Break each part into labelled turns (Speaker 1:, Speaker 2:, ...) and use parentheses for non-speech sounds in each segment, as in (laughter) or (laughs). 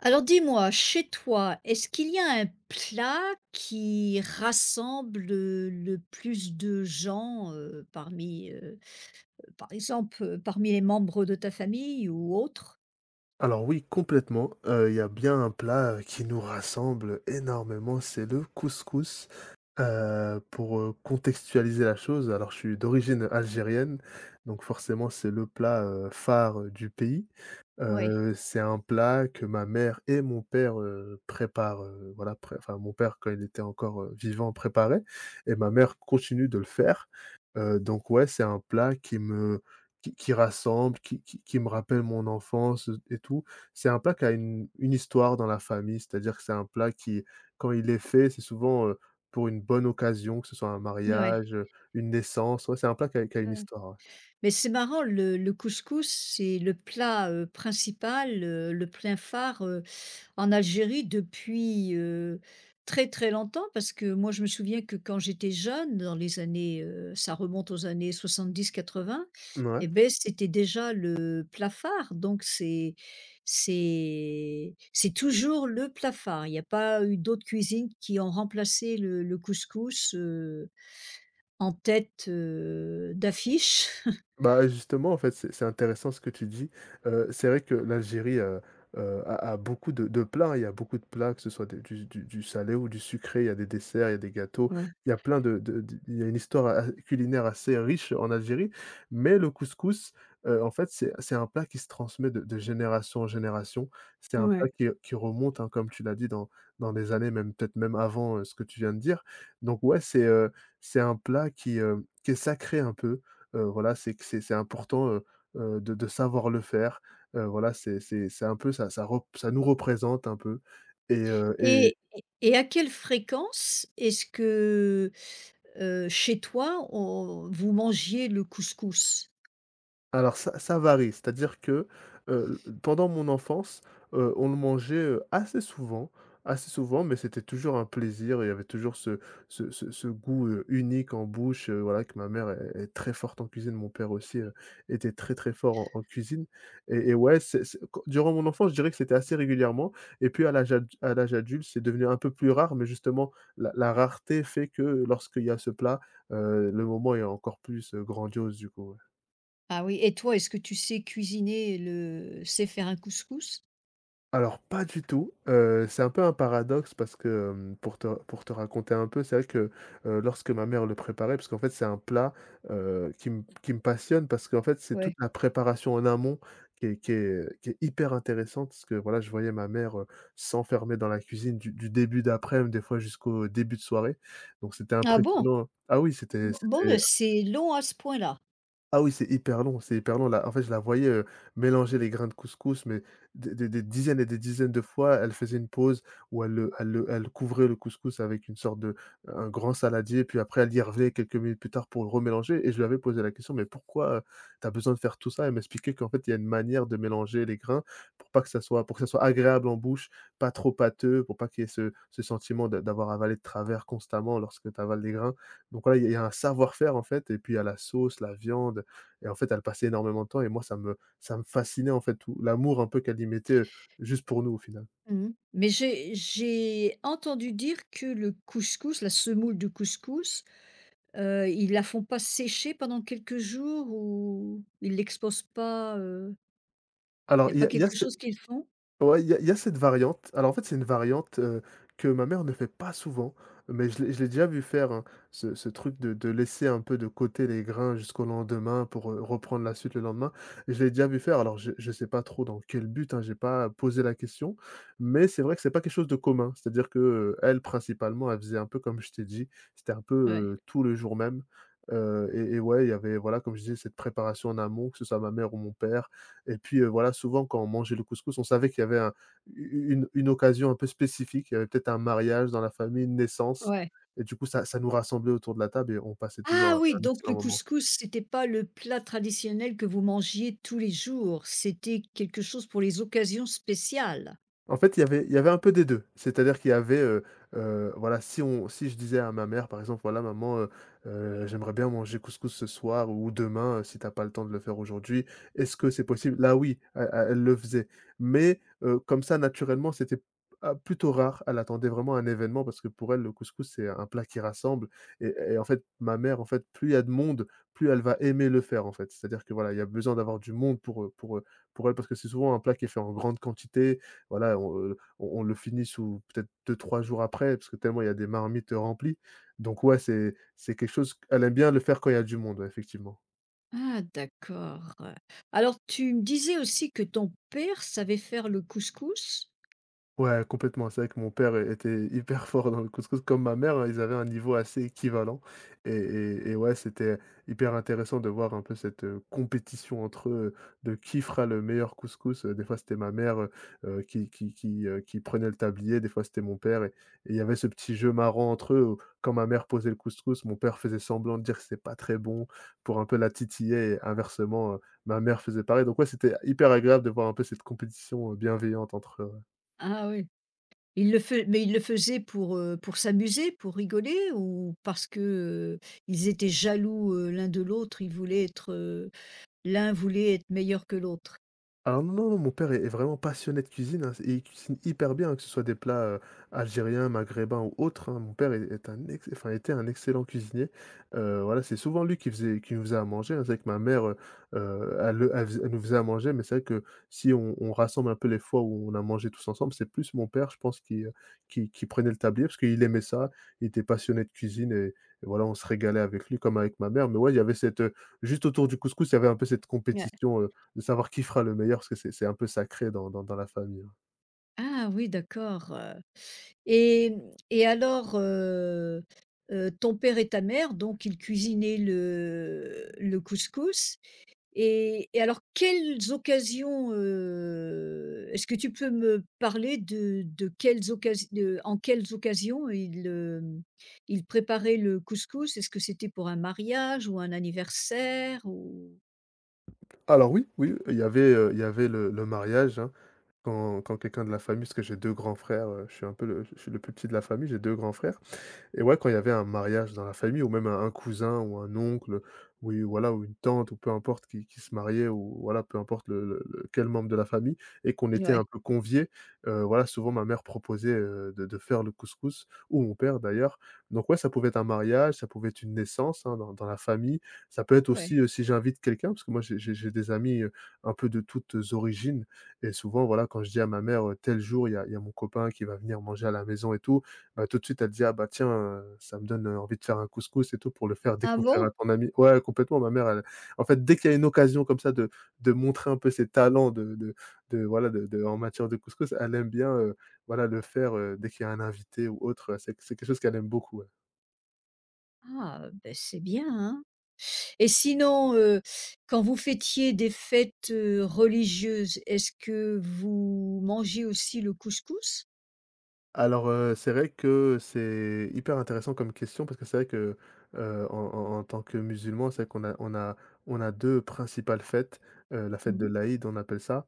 Speaker 1: Alors dis-moi, chez toi, est-ce qu'il y a un plat qui rassemble, le plus de gens, parmi, par exemple, parmi les membres de ta famille ou autres?
Speaker 2: Alors oui, complètement. Il y a bien un plat, qui nous rassemble énormément, c'est le couscous. Pour contextualiser la chose, alors je suis d'origine algérienne, donc forcément c'est le plat, phare, du pays.
Speaker 1: Ouais.
Speaker 2: C'est un plat que ma mère et mon père, préparent, voilà, mon père, quand il était encore, vivant, préparait et ma mère continue de le faire. Donc ouais, c'est un plat qui rassemble, qui me rappelle mon enfance, et tout. C'est un plat qui a une histoire dans la famille, c'est-à-dire que c'est un plat qui, quand il est fait, c'est souvent, pour une bonne occasion, que ce soit un
Speaker 1: Ouais,
Speaker 2: mariage, une naissance. Ouais, c'est un plat qui a une histoire, ouais.
Speaker 1: mais c'est marrant le couscous, c'est le plat, principal, le plein phare, en Algérie depuis, très, très longtemps parce que moi je me souviens que quand j'étais jeune dans les années, ça remonte aux années soixante-dix quatre-vingts, et
Speaker 2: Mouais.
Speaker 1: ben c'était déjà le plafard donc c'est toujours le plafard. Il n'y a pas eu d'autres cuisines qui ont remplacé le couscous, en tête, d'affiche.
Speaker 2: Bah, justement, en fait, c'est intéressant ce que tu dis. C'est vrai que l'Algérie, a beaucoup de plats, hein. Il y a beaucoup de plats, que ce soit des du salé ou du sucré. Il y a des desserts, il y a des gâteaux.
Speaker 1: Ouais,
Speaker 2: Il y a plein de il y a une histoire a culinaire assez riche en Algérie. Mais le couscous, en fait, c'est un plat qui se transmet de génération en génération. C'est un plat
Speaker 1: ouais.
Speaker 2: qui remonte, hein, comme tu l'as dit, dans des années, même peut-être même avant, ce que tu viens de dire. Donc ouais, c'est un plat qui est sacré un peu, voilà, c'est que c'est important, de savoir le faire. Voilà, c'est un peu ça nous représente un peu et heu et
Speaker 1: Et à quelle fréquence est-ce que chez toi, on vous mangiez le couscous?
Speaker 2: Alors ça varie, c'est-à-dire que, pendant mon enfance, on le mangeait, assez souvent, mais c'était toujours un plaisir et il y avait toujours ce goût, unique en bouche, voilà, que ma mère est très forte en cuisine, mon père aussi, était très, très fort en cuisine et ouais, c'est qu durant mon enfance, je dirais que c'était assez régulièrement et puis à l'âge adulte, c'est devenu un peu plus rare, mais justement la rareté fait que lorsqu'il y a ce plat, le moment est encore plus, grandiose du coup, ouais.
Speaker 1: Ah oui, et toi, est-ce que tu sais cuisiner le sais faire un couscous?
Speaker 2: Alors pas du tout, c'est un peu un paradoxe parce que, pour te raconter un peu, c'est vrai que, lorsque ma mère le préparait parce qu'en fait c'est un plat, qui me passionne parce qu'en fait c'est toute
Speaker 1: Ouais.
Speaker 2: la préparation en amont qui est hyper intéressante parce que voilà je voyais ma mère, s'enfermer dans la cuisine du début d'après-midi, des fois jusqu'au début de soirée, donc c'était
Speaker 1: Ah bon?
Speaker 2: impressionnant. Ah oui, c'était
Speaker 1: Bon bon,
Speaker 2: c'était
Speaker 1: bah, c'est long à ce point-là?
Speaker 2: ah oui, c'est hyper long là. En fait, je la voyais, mélanger les grains de couscous, mais des dizaines et des dizaines de fois. Elle faisait une pause où elle couvrait le couscous avec une sorte de un grand saladier, puis après elle y revenait quelques minutes plus tard pour le remélanger et je lui avais posé la question: «Mais pourquoi, tu as besoin de faire tout ça?» Elle m'expliquait qu'en fait, il y a une manière de mélanger les grains pour pas que ça soit pour que ça soit agréable en bouche, pas trop pâteux, pour pas qu'il y ait ce sentiment de d'avoir avalé de travers constamment lorsque tu avales les grains. Donc voilà, il y a un savoir-faire en fait et puis à la sauce, la viande, et en fait, elle passait énormément de temps et moi, ça me fascinait, en fait, tout l'amour un peu qu'elle y mettait, juste pour nous, au final.
Speaker 1: Mmh. Mais j'ai entendu dire que le couscous, la semoule de couscous, ils la font pas sécher pendant quelques jours ou ils l'exposent pas, il
Speaker 2: Alors,
Speaker 1: y a
Speaker 2: il y
Speaker 1: pas
Speaker 2: a
Speaker 1: quelque
Speaker 2: ce
Speaker 1: chose qu'ils font?
Speaker 2: ouais, il y a cette variante. Alors, en fait, c'est une variante, que ma mère ne fait pas souvent, mais je l'ai déjà vu faire, hein, ce truc de laisser un peu de côté les grains jusqu'au lendemain pour, reprendre la suite le lendemain. Je l'ai déjà vu faire, alors je ne sais pas trop dans quel but, hein, j'ai pas posé la question, mais c'est vrai que c'est pas quelque chose de commun. C'est-à-dire que, elle, principalement, elle faisait un peu comme je t'ai dit, c'était un peu,
Speaker 1: Ouais,
Speaker 2: tout le jour même, et ouais, il y avait, voilà, comme je disais, cette préparation en amont, que ce soit ma mère ou mon père. Et puis, voilà, souvent quand on mangeait le couscous, on savait qu'il y avait un une occasion un peu spécifique, il y avait peut-être un mariage dans la famille, une naissance
Speaker 1: ouais.
Speaker 2: et du coup ça nous rassemblait autour de la table et on passait toujours
Speaker 1: Ah
Speaker 2: un
Speaker 1: oui, donc
Speaker 2: excellent
Speaker 1: le
Speaker 2: moment.
Speaker 1: couscous, c'était pas le plat traditionnel que vous mangiez tous les jours, c'était quelque chose pour les occasions spéciales?
Speaker 2: En fait, il y avait un peu des 2. C'est-à-dire qu'il y avait, voilà, si je disais à ma mère, par exemple: «Voilà maman, j'aimerais bien manger couscous ce soir ou demain, si t'as pas le temps de le faire aujourd'hui, est-ce que c'est possible?» Là oui, e e elle le faisait. Mais comme ça naturellement, c'était ah, plutôt rare. Elle attendait vraiment un événement parce que pour elle, le couscous, c'est un plat qui rassemble et en fait, ma mère, en fait, plus il y a de monde, plus elle va aimer le faire, en fait. C'est-à-dire que voilà, il y a besoin d'avoir du monde pour elle parce que c'est souvent un plat qui est fait en grande quantité voilà, on, on le finit sous peut-être deux-trois jours après, parce que tellement il y a des marmites remplies. Donc ouais, c'est quelque chose elle aime bien le faire quand il y a du monde, ouais, effectivement.
Speaker 1: Ah d'accord. Alors tu me disais aussi que ton père savait faire le couscous?
Speaker 2: Ouais, complètement. C'est vrai que mon père était (laughs) hyper fort dans le couscous, comme ma mère, hein, ils avaient un niveau assez équivalent et ouais, c'était hyper intéressant de voir un peu cette, compétition entre eux, de qui fera le meilleur couscous. Des fois, c'était ma mère, qui prenait le tablier, des fois, c'était mon père et il y avait ce petit jeu marrant entre eux où quand ma mère posait le couscous, mon père faisait semblant de dire que c'était pas très bon pour un peu la titiller et inversement, ma mère faisait pareil. Donc ouais, c'était hyper agréable de voir un peu cette compétition, bienveillante entre
Speaker 1: Ah oui. Il le fai mais il le faisait pour s'amuser, pour rigoler ou parce que, ils étaient jaloux, l'un de l'autre, ils voulaient être, l'un voulait être meilleur que l'autre?
Speaker 2: alors non, non, non, mon père est vraiment passionné de cuisine, hein, et il cuisine hyper bien, hein, que ce soit des plats, algériens, maghrébins ou autres, hein. Mon père est est un ex enfin, était un excellent cuisinier. Voilà, c'est souvent lui qui nous faisait à manger, hein. C'est vrai que ma mère, elle nous faisait à manger, mais c'est vrai que si on rassemble un peu les fois où on a mangé tous ensemble, c'est plus mon père, je pense, qui, qui prenait le tablier parce qu'il aimait ça. Il était passionné de cuisine et voilà, on se régalait avec lui comme avec ma mère. Mais ouais, il y avait cette, juste autour du couscous, il y avait un peu cette
Speaker 1: Ouais.
Speaker 2: compétition, de savoir qui fera le meilleur, parce que c'est un peu sacré dans la famille, hein.
Speaker 1: Ah oui, d'accord, et mmh et alors, ton père et ta mère, donc ils cuisinaient le couscous. Et alors quelles occasions, est-ce que tu peux me parler de quelles occasions, en quelles occasions il, il préparait le couscous? Est-ce que c'était pour un mariage ou un anniversaire ou?
Speaker 2: Alors oui, oui, il y avait le mariage, hein, quand quelqu'un de la famille parce que j'ai 2 grands frères, je suis le plus petit de la famille, j'ai 2 grands frères. Et ouais, quand il y avait un mariage dans la famille ou même un cousin ou un oncle, oui, voilà, ou une tante ou peu importe qui se mariait ou voilà, peu importe le quel membre de la famille et qu'on était
Speaker 1: Ouais,
Speaker 2: un peu conviés, voilà, souvent ma mère proposait, de faire le couscous ou mon père d'ailleurs. Donc ouais, ça pouvait être un mariage, ça pouvait être une naissance, hein, dans la famille. Ça peut être aussi,
Speaker 1: ouais.
Speaker 2: si j'invite quelqu'un parce que moi j'ai des amis, un peu de toutes origines. Et souvent, voilà, quand je dis à ma mère, «Tel jour, il y a mon copain qui va venir manger à la maison et tout», bah, tout de suite, elle dit: «Ah bah tiens, ça me donne, envie de faire un couscous et tout pour le faire
Speaker 1: Ah
Speaker 2: découvrir à
Speaker 1: bon?
Speaker 2: ton ami». Ouais, complètement, ma mère, elle en fait, dès qu'il y a une occasion comme ça de montrer un peu ses talents de voilà, de en matière de couscous, elle aime bien, voilà, le faire, dès qu'il y a un invité ou autre, c'est quelque chose qu'elle aime beaucoup, ouais.
Speaker 1: Ah, ben c'est bien, hein. Et sinon, quand vous fêtiez des fêtes, religieuses, est-ce que vous mangez aussi le couscous?
Speaker 2: Alors, c'est vrai que c'est hyper intéressant comme question parce que c'est vrai que, en tant que musulman, c'est vrai qu'on a 2 principales fêtes, la fête de
Speaker 1: Mmh.
Speaker 2: l'Aïd, on appelle ça.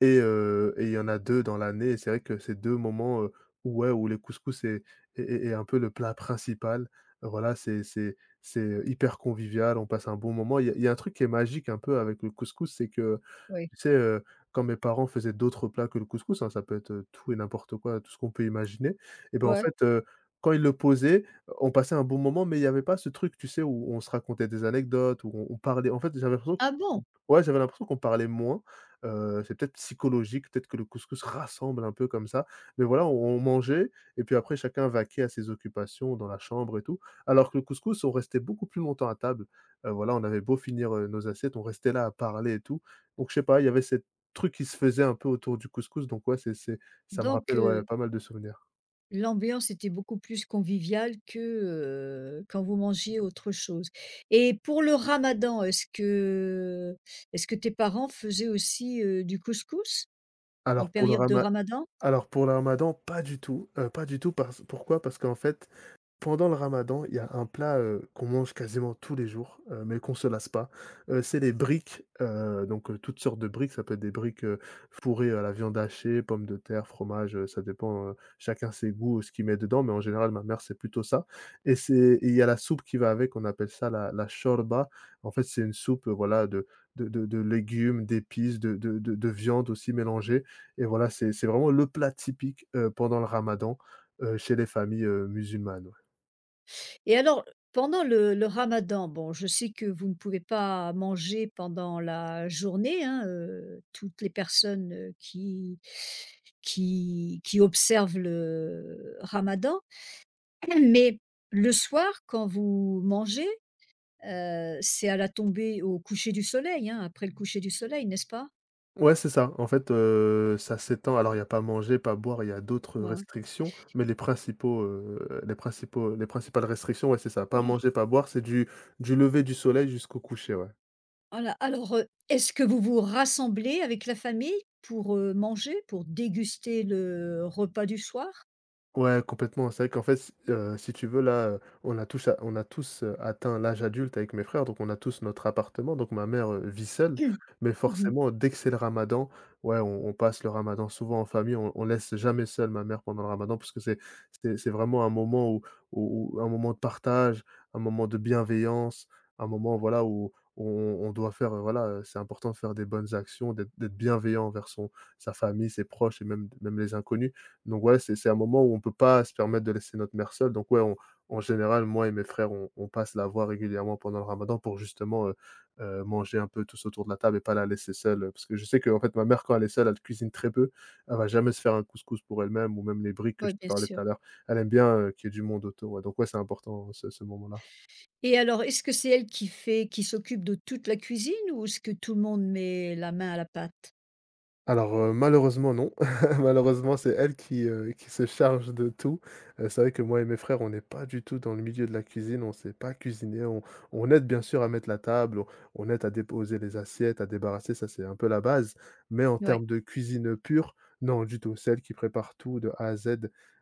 Speaker 2: Et il y en a 2 dans l'année, et c'est vrai que c'est 2 moments, où ouais, où le couscous est est un peu le plat principal. Voilà, c'est hyper convivial, on passe un bon moment. Il y a un truc qui est magique un peu avec le couscous, c'est que
Speaker 1: Oui.
Speaker 2: tu sais, quand mes parents faisaient d'autres plats que le couscous, hein, ça peut être, tout et n'importe quoi, tout ce qu'on peut imaginer. Et ben, en
Speaker 1: Ouais.
Speaker 2: fait, quand ils le posaient, on passait un bon moment, mais il y avait pas ce truc, tu sais, où on se racontait des anecdotes, où on parlait, en fait, j'avais l'impression
Speaker 1: Ah
Speaker 2: qu'on
Speaker 1: bon?
Speaker 2: ouais, j'avais l'impression qu'on parlait moins, c'est peut-être psychologique, peut-être que le couscous rassemble un peu comme ça, mais voilà, on mangeait et puis après chacun vaquait à ses occupations dans la chambre et tout, alors que le couscous, on restait beaucoup plus longtemps à table, voilà, on avait beau finir, nos assiettes, on restait là à parler et tout. Donc je sais pas, il y avait cette truc qui se faisait un peu autour du couscous, donc ouais, c'est ça me
Speaker 1: Donc
Speaker 2: rappelle, ouais, pas mal de souvenirs.
Speaker 1: l'ambiance était beaucoup plus conviviale que, quand vous mangiez autre chose et pour le ramadan, est-ce que tes parents faisaient aussi, du couscous en
Speaker 2: Alors pour le
Speaker 1: période de
Speaker 2: rama
Speaker 1: ramadan?
Speaker 2: alors pour le ramadan, pas du tout, pas du tout parce pourquoi? Parce qu'en fait pendant le ramadan, il y a un plat, qu'on mange quasiment tous les jours, mais qu'on se lasse pas, c'est les briques, donc toutes sortes de briques, ça peut être des briques, fourrées à la viande hachée, pommes de terre, fromage, ça dépend, chacun ses goûts, ce qu'il met dedans, mais en général, ma mère, c'est plutôt ça, et c'est et il y a la soupe qui va avec, on appelle ça la chorba. En fait, c'est une soupe, voilà, de légumes, d'épices, de viande aussi mélangée, et voilà, c'est vraiment le plat typique, pendant le ramadan, chez les familles, musulmanes. Ouais.
Speaker 1: Et alors, pendant le ramadan, bon, je sais que vous ne pouvez pas manger pendant la journée, hein, toutes les personnes, qui qui observent le ramadan, mais le soir, quand vous mangez. C'est à la tombée au coucher du soleil, hein, après le coucher du soleil, n'est-ce pas?
Speaker 2: Ouais, c'est ça. En fait, ça s'étend alors il y a pas manger, pas boire, il y a d'autres
Speaker 1: Ouais, ouais.
Speaker 2: restrictions, mais les principaux, les principales restrictions, ouais, c'est ça. Pas
Speaker 1: Ouais.
Speaker 2: manger, pas boire, c'est du lever du soleil jusqu'au coucher, ouais.
Speaker 1: Voilà, alors, est-ce que vous vous rassemblez avec la famille pour, manger, pour déguster le repas du soir?
Speaker 2: Ouais, complètement. C'est vrai qu'en fait, si tu veux, là, on a tous a on a tous, atteint l'âge adulte avec mes frères, donc on a tous notre appartement. Donc ma mère, vit seule,
Speaker 1: (clears throat)
Speaker 2: mais
Speaker 1: Oui,
Speaker 2: forcément, dès que c'est le ramadan, ouais, on passe le ramadan souvent en famille. On laisse jamais seule ma mère pendant le ramadan parce que c'est vraiment un moment où où un moment de partage, un moment de bienveillance, un moment, voilà, où on doit faire, voilà, c'est important de faire des bonnes actions, d'être bienveillant envers son sa famille, ses proches et même les inconnus. Donc ouais, c'est un moment où on peut pas se permettre de laisser notre mère seule. Donc ouais, on en général, moi et mes frères, on passe la voir régulièrement pendant le ramadan pour justement, manger un peu tous autour de la table et pas la laisser seule, parce que je sais que en fait, ma mère, quand elle est seule, elle cuisine très peu. Elle va jamais se faire un couscous pour elle-même ou même les briques que je te
Speaker 1: bien
Speaker 2: parlais tout
Speaker 1: sûr.
Speaker 2: à l'heure. Elle aime bien, qu'il y ait du monde autour, ouais. Donc ouais, c'est important, ce moment-là.
Speaker 1: Et alors, est-ce que c'est elle qui fait qui s'occupe de toute la cuisine ou est-ce que tout le monde met la main à la pâte?
Speaker 2: Alors, malheureusement non. (laughs) Malheureusement, c'est elle qui se charge de tout. C'est vrai que moi et mes frères, on n'est pas du tout dans le milieu de la cuisine, on ne sait pas cuisiner. On aide bien sûr à mettre la table, on aide à déposer les assiettes, à débarrasser, ça c'est un peu la base. Mais en
Speaker 1: Ouais,
Speaker 2: termes de cuisine, pure, non du tout. C'est elle qui prépare tout de A à Z,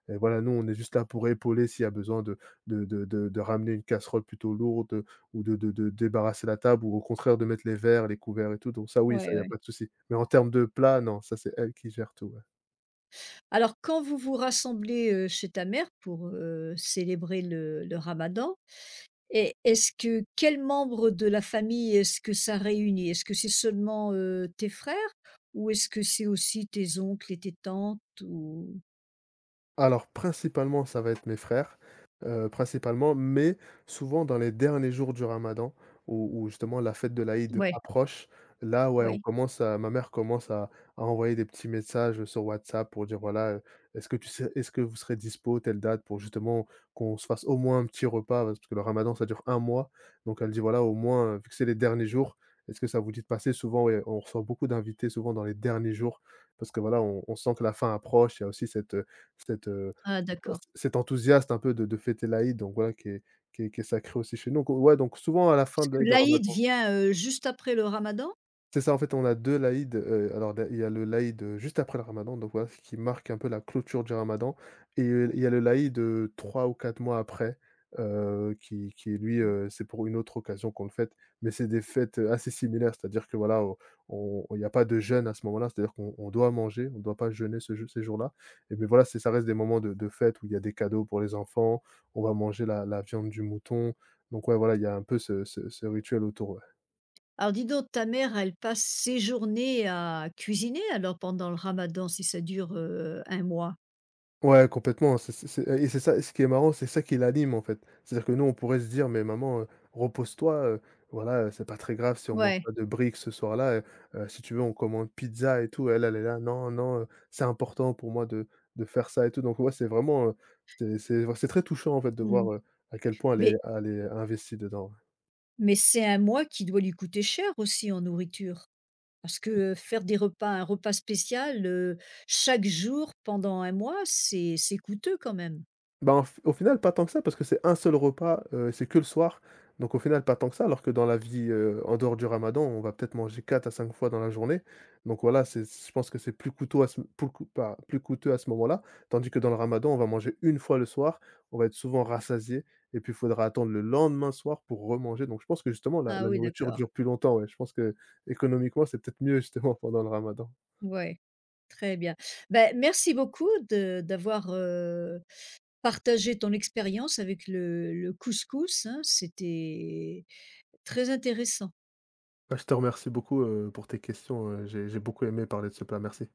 Speaker 2: et voilà, nous on est juste là pour épauler s'il y a besoin de de ramener une casserole plutôt lourde, ou de débarrasser la table ou au contraire de mettre les verres, les couverts et tout, donc ça oui, ça,
Speaker 1: ouais,
Speaker 2: il y a
Speaker 1: ouais.
Speaker 2: pas de souci. Mais en termes de plats, non, ça c'est elle qui gère tout, ouais.
Speaker 1: Alors quand vous vous rassemblez, chez ta mère pour, célébrer le ramadan. Et est-ce que quel membre de la famille est-ce que ça réunit? Est-ce que c'est seulement, tes frères ou est-ce que c'est aussi tes oncles et tes tantes ou
Speaker 2: Alors principalement, ça va être mes frères, principalement, mais souvent dans les derniers jours du ramadan où justement la fête de l'Aïd
Speaker 1: ouais,
Speaker 2: approche, là, ouais, on
Speaker 1: ouais.
Speaker 2: commence à ma mère commence à envoyer des petits messages, sur WhatsApp pour dire: «Voilà, est-ce que tu sais est-ce que vous serez dispo telle date?» pour justement qu'on se fasse au moins un petit repas, parce que le ramadan ça dure un mois, donc elle dit: «Voilà, au moins, vu que c'est les derniers jours, est-ce que ça vous dit de passer?» Souvent, ouais, on reçoit beaucoup d'invités souvent dans les derniers jours parce que voilà, on sent que la fin approche, il y a aussi cette, cette heu,
Speaker 1: Ah d'accord.
Speaker 2: cet enthousiasme un peu de fêter l'Aïd, donc voilà qui est qui est sacré aussi chez nous. Donc ouais, donc souvent à la fin
Speaker 1: Parce que
Speaker 2: de du
Speaker 1: l'Aïd
Speaker 2: ramadan.
Speaker 1: vient, juste après le ramadan.
Speaker 2: C'est ça, en fait, on a 2 l'Aïd, alors là, il y a le l'Aïd, juste après le ramadan, donc voilà, ce qui marque un peu la clôture du ramadan, et il y a le l'Aïd, 3 ou 4 mois après, qui lui, c'est pour une autre occasion qu'on le fête, mais c'est des fêtes, assez similaires. C'est-à-dire que voilà, on il y a pas de jeûne à ce moment-là, c'est-à-dire qu'on on doit manger, on ne doit pas jeûner ce jou ces jours-là, et mais voilà, c'est ça reste des moments de fête où il y a des cadeaux pour les enfants, on va manger la viande du mouton, donc ouais, voilà, il y a un peu ce rituel autour, ouais.
Speaker 1: Alors dis donc ta mère, elle passe ses journées à cuisiner alors pendant le ramadan si ça dure, un mois?
Speaker 2: Ouais, complètement, hein, c'est et c'est ça ce qui est marrant, c'est ça qui l'anime, en fait. C'est-à-dire que nous, on pourrait se dire: «Mais maman, repose-toi, voilà, c'est pas très grave si on mange
Speaker 1: Ouais.
Speaker 2: pas de briques ce soir-là, si tu veux, on commande pizza et tout». Elle, elle est là: «Non, non, c'est important pour moi de faire ça et tout». Donc ouais, c'est vraiment, c'est très touchant, en fait, de
Speaker 1: Mmh.
Speaker 2: voir, à quel point elle est
Speaker 1: Mais
Speaker 2: elle est investie dedans.
Speaker 1: mais c'est un mois qui doit lui coûter cher aussi en nourriture? Parce que, faire des repas un repas spécial, chaque jour pendant un mois, c'est coûteux quand même.
Speaker 2: Bah, en f au final, pas tant que ça, parce que c'est un seul repas, c'est que le soir, donc au final, pas tant que ça, alors que dans la vie, en dehors du ramadan, on va peut-être manger 4 à 5 fois dans la journée, donc voilà, c'est je pense que c'est plus coûteux à ce plus coût pas plus coûteux à ce moment-là, tandis que dans le ramadan, on va manger une fois le soir, on va être souvent rassasié et puis il faudra attendre le lendemain soir pour remanger, donc je pense que justement la
Speaker 1: Ah
Speaker 2: la
Speaker 1: oui,
Speaker 2: nourriture
Speaker 1: d'accord.
Speaker 2: dure plus longtemps, ouais, je pense que économiquement c'est peut-être mieux justement (laughs) pendant le ramadan.
Speaker 1: Ouais, très bien. Ben merci beaucoup de d'avoir, partagé ton expérience avec le couscous, hein, c'était très intéressant.
Speaker 2: Bah, je te remercie beaucoup, pour tes questions, j'ai beaucoup aimé parler de ce plat, merci.